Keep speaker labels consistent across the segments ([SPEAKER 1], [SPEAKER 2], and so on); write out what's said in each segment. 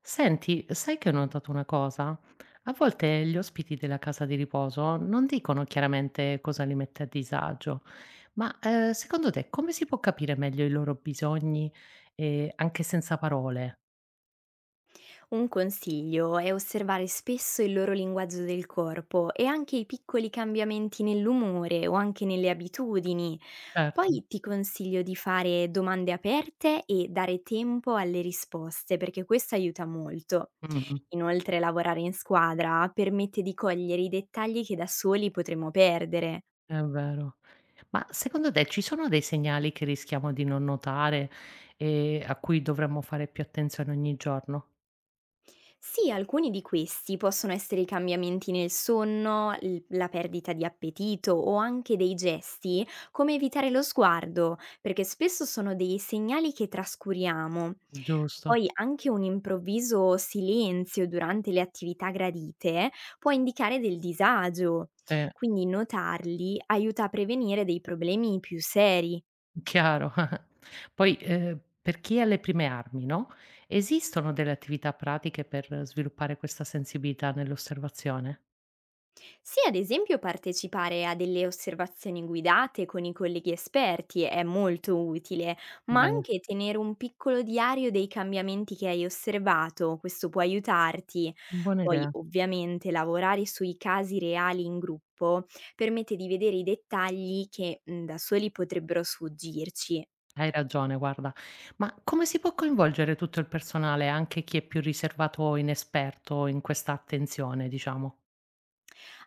[SPEAKER 1] Senti, sai che ho notato una cosa? A volte gli ospiti della casa di riposo non dicono chiaramente cosa li mette a disagio, ma secondo te come si può capire meglio i loro bisogni anche senza parole?
[SPEAKER 2] Un consiglio è osservare spesso il loro linguaggio del corpo e anche i piccoli cambiamenti nell'umore o anche nelle abitudini.
[SPEAKER 1] Certo.
[SPEAKER 2] Poi ti consiglio di fare domande aperte e dare tempo alle risposte perché questo aiuta molto.
[SPEAKER 1] Mhm.
[SPEAKER 2] Inoltre lavorare in squadra permette di cogliere i dettagli che da soli potremmo perdere.
[SPEAKER 1] È vero. Ma secondo te ci sono dei segnali che rischiamo di non notare e a cui dovremmo fare più attenzione ogni giorno?
[SPEAKER 2] Sì, alcuni di questi possono essere i cambiamenti nel sonno, la perdita di appetito o anche dei gesti, come evitare lo sguardo, perché spesso sono dei segnali che trascuriamo.
[SPEAKER 1] Giusto,
[SPEAKER 2] Poi anche un improvviso silenzio durante le attività gradite può indicare del disagio,
[SPEAKER 1] sì.
[SPEAKER 2] quindi notarli aiuta a prevenire dei problemi più seri.
[SPEAKER 1] Chiaro. Poi, per chi è alle prime armi, no, esistono delle attività pratiche per sviluppare questa sensibilità nell'osservazione?
[SPEAKER 2] Sì, ad esempio partecipare a delle osservazioni guidate con i colleghi esperti è molto utile, ma
[SPEAKER 1] Bene,
[SPEAKER 2] anche tenere un piccolo diario dei cambiamenti che hai osservato, questo può aiutarti.
[SPEAKER 1] buona
[SPEAKER 2] Poi
[SPEAKER 1] idea.
[SPEAKER 2] ovviamente lavorare sui casi reali in gruppo permette di vedere i dettagli che da soli potrebbero sfuggirci.
[SPEAKER 1] Hai ragione, guarda. Ma come si può coinvolgere tutto il personale, anche chi è più riservato o inesperto in questa attenzione, diciamo?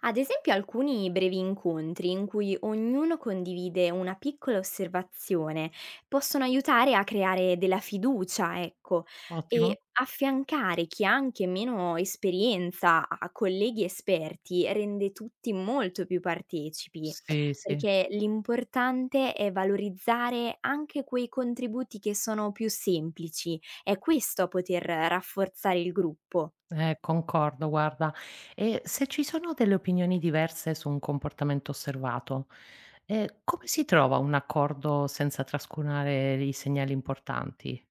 [SPEAKER 2] Ad esempio alcuni brevi incontri in cui ognuno condivide una piccola osservazione possono aiutare a creare della fiducia, ecco,
[SPEAKER 1] Ottimo.
[SPEAKER 2] e affiancare chi ha anche meno esperienza a colleghi esperti rende tutti molto più partecipi,
[SPEAKER 1] Sì, sì.
[SPEAKER 2] perché l'importante è valorizzare anche quei contributi che sono più semplici, è questo a poter rafforzare il gruppo.
[SPEAKER 1] Concordo, guarda. E se ci sono delle opinioni diverse su un comportamento osservato, come si trova un accordo senza trascurare i segnali importanti?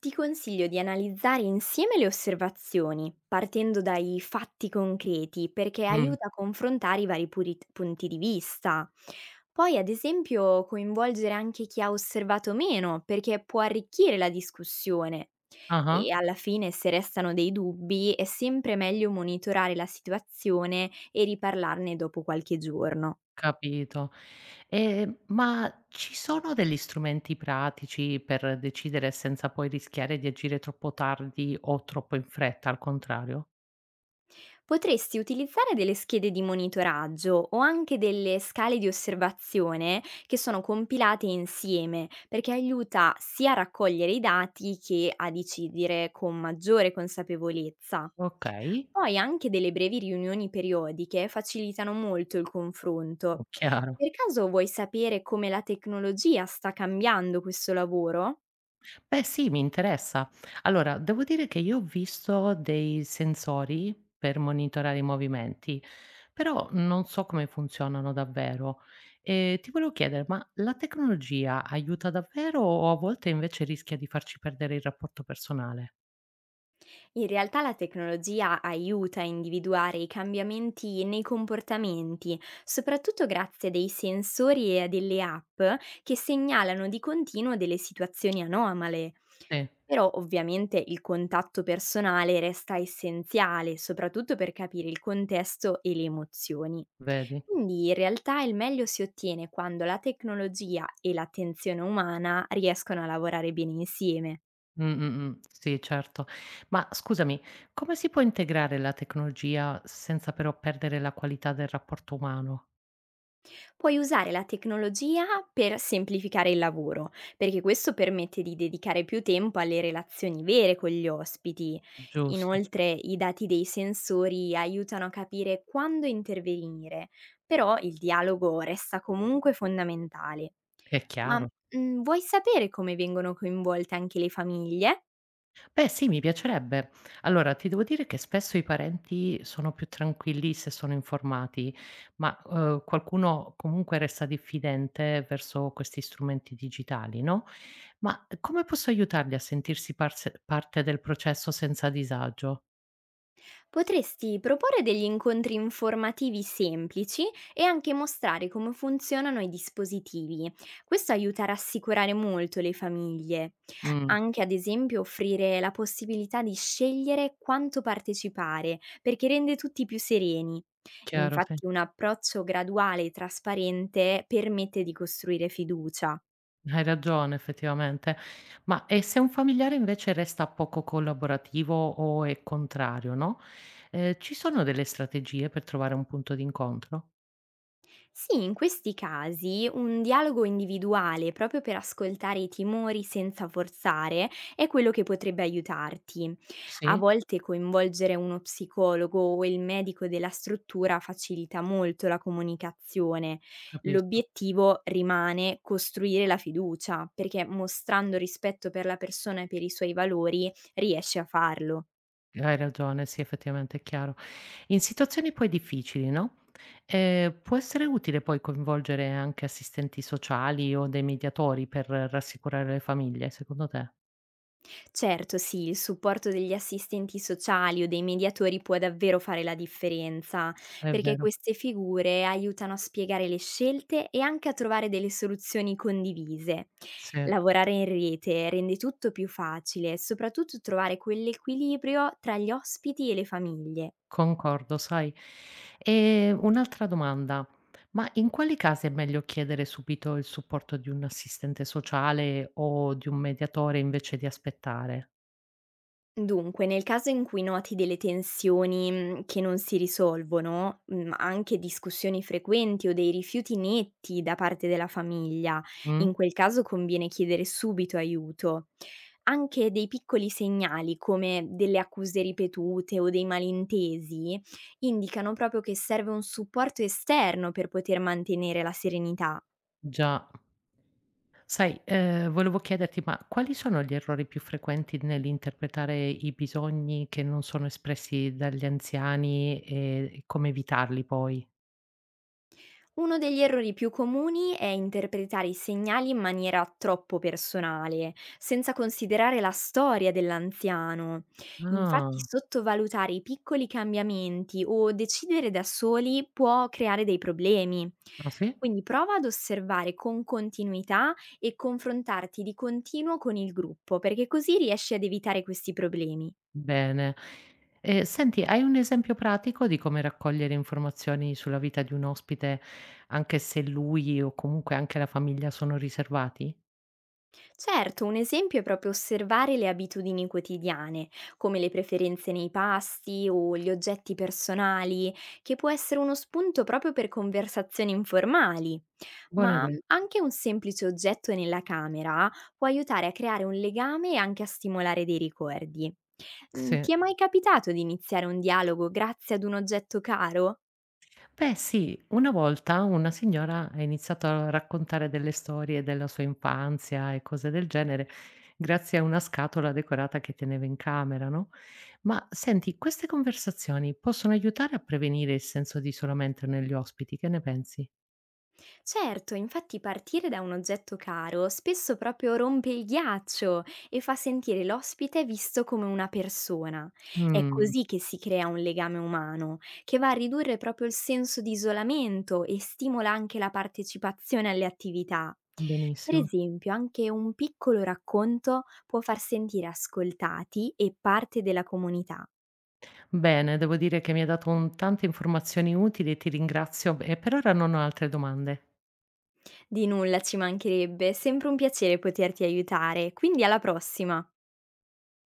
[SPEAKER 2] Ti consiglio di analizzare insieme le osservazioni, partendo dai fatti concreti, perché
[SPEAKER 1] Mh.
[SPEAKER 2] aiuta a confrontare i vari punti di vista. Poi, ad esempio, coinvolgere anche chi ha osservato meno, perché può arricchire la discussione. E
[SPEAKER 1] Ah-ah,
[SPEAKER 2] alla fine, se restano dei dubbi, è sempre meglio monitorare la situazione e riparlarne dopo qualche giorno.
[SPEAKER 1] capito. E ma ci sono degli strumenti pratici per decidere senza poi rischiare di agire troppo tardi o troppo in fretta, al contrario?
[SPEAKER 2] Potresti utilizzare delle schede di monitoraggio o anche delle scale di osservazione che sono compilate insieme, perché aiuta sia a raccogliere i dati che a decidere con maggiore consapevolezza.
[SPEAKER 1] Okay,
[SPEAKER 2] Poi anche delle brevi riunioni periodiche facilitano molto il confronto.
[SPEAKER 1] chiaro.
[SPEAKER 2] Per caso vuoi sapere come la tecnologia sta cambiando questo lavoro?
[SPEAKER 1] Beh sì, mi interessa. Allora, devo dire che io ho visto dei sensori per monitorare i movimenti, però non so come funzionano davvero. E ti volevo chiedere, ma la tecnologia aiuta davvero o a volte invece rischia di farci perdere il rapporto personale?
[SPEAKER 2] In realtà la tecnologia aiuta a individuare i cambiamenti nei comportamenti, soprattutto grazie a dei sensori e a delle app che segnalano di continuo delle situazioni anomale.
[SPEAKER 1] Sì,
[SPEAKER 2] Però ovviamente il contatto personale resta essenziale, soprattutto per capire il contesto e le emozioni.
[SPEAKER 1] vedi?
[SPEAKER 2] Quindi in realtà il meglio si ottiene quando la tecnologia e l'attenzione umana riescono a lavorare bene insieme.
[SPEAKER 1] Mm, mm, mm. Sì, certo. Ma scusami, come si può integrare la tecnologia senza però perdere la qualità del rapporto umano?
[SPEAKER 2] Puoi usare la tecnologia per semplificare il lavoro, perché questo permette di dedicare più tempo alle relazioni vere con gli ospiti.
[SPEAKER 1] Giusto,
[SPEAKER 2] Inoltre i dati dei sensori aiutano a capire quando intervenire, però il dialogo resta comunque fondamentale.
[SPEAKER 1] è
[SPEAKER 2] Ma
[SPEAKER 1] chiaro.
[SPEAKER 2] vuoi sapere come vengono coinvolte anche le famiglie?
[SPEAKER 1] Beh sì, mi piacerebbe. Allora, ti devo dire che spesso i parenti sono più tranquilli se sono informati, ma, qualcuno comunque resta diffidente verso questi strumenti digitali, no, ma come posso aiutarli a sentirsi parse parte del processo senza disagio?
[SPEAKER 2] Potresti proporre degli incontri informativi semplici e anche mostrare come funzionano i dispositivi. Questo aiuta a rassicurare molto le famiglie.
[SPEAKER 1] Mh,
[SPEAKER 2] Anche ad esempio offrire la possibilità di scegliere quanto partecipare, perché rende tutti più sereni.
[SPEAKER 1] chiaro, sì.
[SPEAKER 2] Infatti un approccio graduale e trasparente permette di costruire fiducia.
[SPEAKER 1] Hai ragione effettivamente. Ma e se un familiare invece resta poco collaborativo o è contrario, no, ci sono delle strategie per trovare un punto d'incontro?
[SPEAKER 2] Sì, in questi casi un dialogo individuale proprio per ascoltare i timori senza forzare è quello che potrebbe aiutarti. A
[SPEAKER 1] Sì.
[SPEAKER 2] volte coinvolgere uno psicologo o il medico della struttura facilita molto la comunicazione.
[SPEAKER 1] Capisco.
[SPEAKER 2] L'obiettivo rimane costruire la fiducia, perché mostrando rispetto per la persona e per i suoi valori riesci a farlo.
[SPEAKER 1] Hai ragione, sì, effettivamente è chiaro. In situazioni poi difficili, no, può essere utile poi coinvolgere anche assistenti sociali o dei mediatori per rassicurare le famiglie, secondo te?
[SPEAKER 2] Certo sì, il supporto degli assistenti sociali o dei mediatori può davvero fare la differenza,
[SPEAKER 1] È
[SPEAKER 2] perché
[SPEAKER 1] vero,
[SPEAKER 2] queste figure aiutano a spiegare le scelte e anche a trovare delle soluzioni condivise.
[SPEAKER 1] sì,
[SPEAKER 2] Lavorare in rete rende tutto più facile, soprattutto trovare quell'equilibrio tra gli ospiti e le famiglie.
[SPEAKER 1] concordo, sai. Un'altra domanda: ma in quali casi è meglio chiedere subito il supporto di un assistente sociale o di un mediatore invece di aspettare?
[SPEAKER 2] Dunque, nel caso in cui noti delle tensioni, che non si risolvono, anche discussioni frequenti o dei rifiuti netti da parte della famiglia,
[SPEAKER 1] Mh,
[SPEAKER 2] in quel caso conviene chiedere subito aiuto. Anche dei piccoli segnali, come delle accuse ripetute o dei malintesi, indicano proprio che serve un supporto esterno per poter mantenere la serenità.
[SPEAKER 1] già. Sai, volevo chiederti, ma quali sono gli errori più frequenti nell'interpretare i bisogni che non sono espressi dagli anziani e come evitarli poi?
[SPEAKER 2] Uno degli errori più comuni è interpretare i segnali in maniera troppo personale, senza considerare la storia dell'anziano. Infatti
[SPEAKER 1] Ah,
[SPEAKER 2] sottovalutare i piccoli cambiamenti o decidere da soli può creare dei problemi.
[SPEAKER 1] ah sì?
[SPEAKER 2] Quindi prova ad osservare con continuità e confrontarti di continuo con il gruppo, perché così riesci ad evitare questi problemi.
[SPEAKER 1] Bene. E senti, hai un esempio pratico di come raccogliere informazioni sulla vita di un ospite, anche se lui o comunque anche la famiglia sono riservati?
[SPEAKER 2] Certo, un esempio è proprio osservare le abitudini quotidiane, come le preferenze nei pasti o gli oggetti personali, che può essere uno spunto proprio per conversazioni informali.
[SPEAKER 1] Buona
[SPEAKER 2] Ma
[SPEAKER 1] idea.
[SPEAKER 2] anche un semplice oggetto nella camera può aiutare a creare un legame e anche a stimolare dei ricordi.
[SPEAKER 1] Sì.
[SPEAKER 2] Ti è mai capitato di iniziare un dialogo grazie ad un oggetto caro?
[SPEAKER 1] Beh sì, una volta una signora ha iniziato a raccontare delle storie della sua infanzia e cose del genere, grazie a una scatola decorata che teneva in camera, no? Ma senti, queste conversazioni possono aiutare a prevenire il senso di isolamento negli ospiti, che ne pensi?
[SPEAKER 2] Certo, infatti partire da un oggetto caro spesso proprio rompe il ghiaccio e fa sentire l'ospite visto come una persona. È
[SPEAKER 1] Mh,
[SPEAKER 2] così che si crea un legame umano, che va a ridurre proprio il senso di isolamento e stimola anche la partecipazione alle attività. Per
[SPEAKER 1] benissimo.
[SPEAKER 2] esempio, anche un piccolo racconto può far sentire ascoltati e parte della comunità.
[SPEAKER 1] Bene, devo dire che mi hai dato un tante informazioni utili e ti ringrazio e per ora non ho altre domande.
[SPEAKER 2] Di nulla, ci mancherebbe, è sempre un piacere poterti aiutare, quindi alla prossima!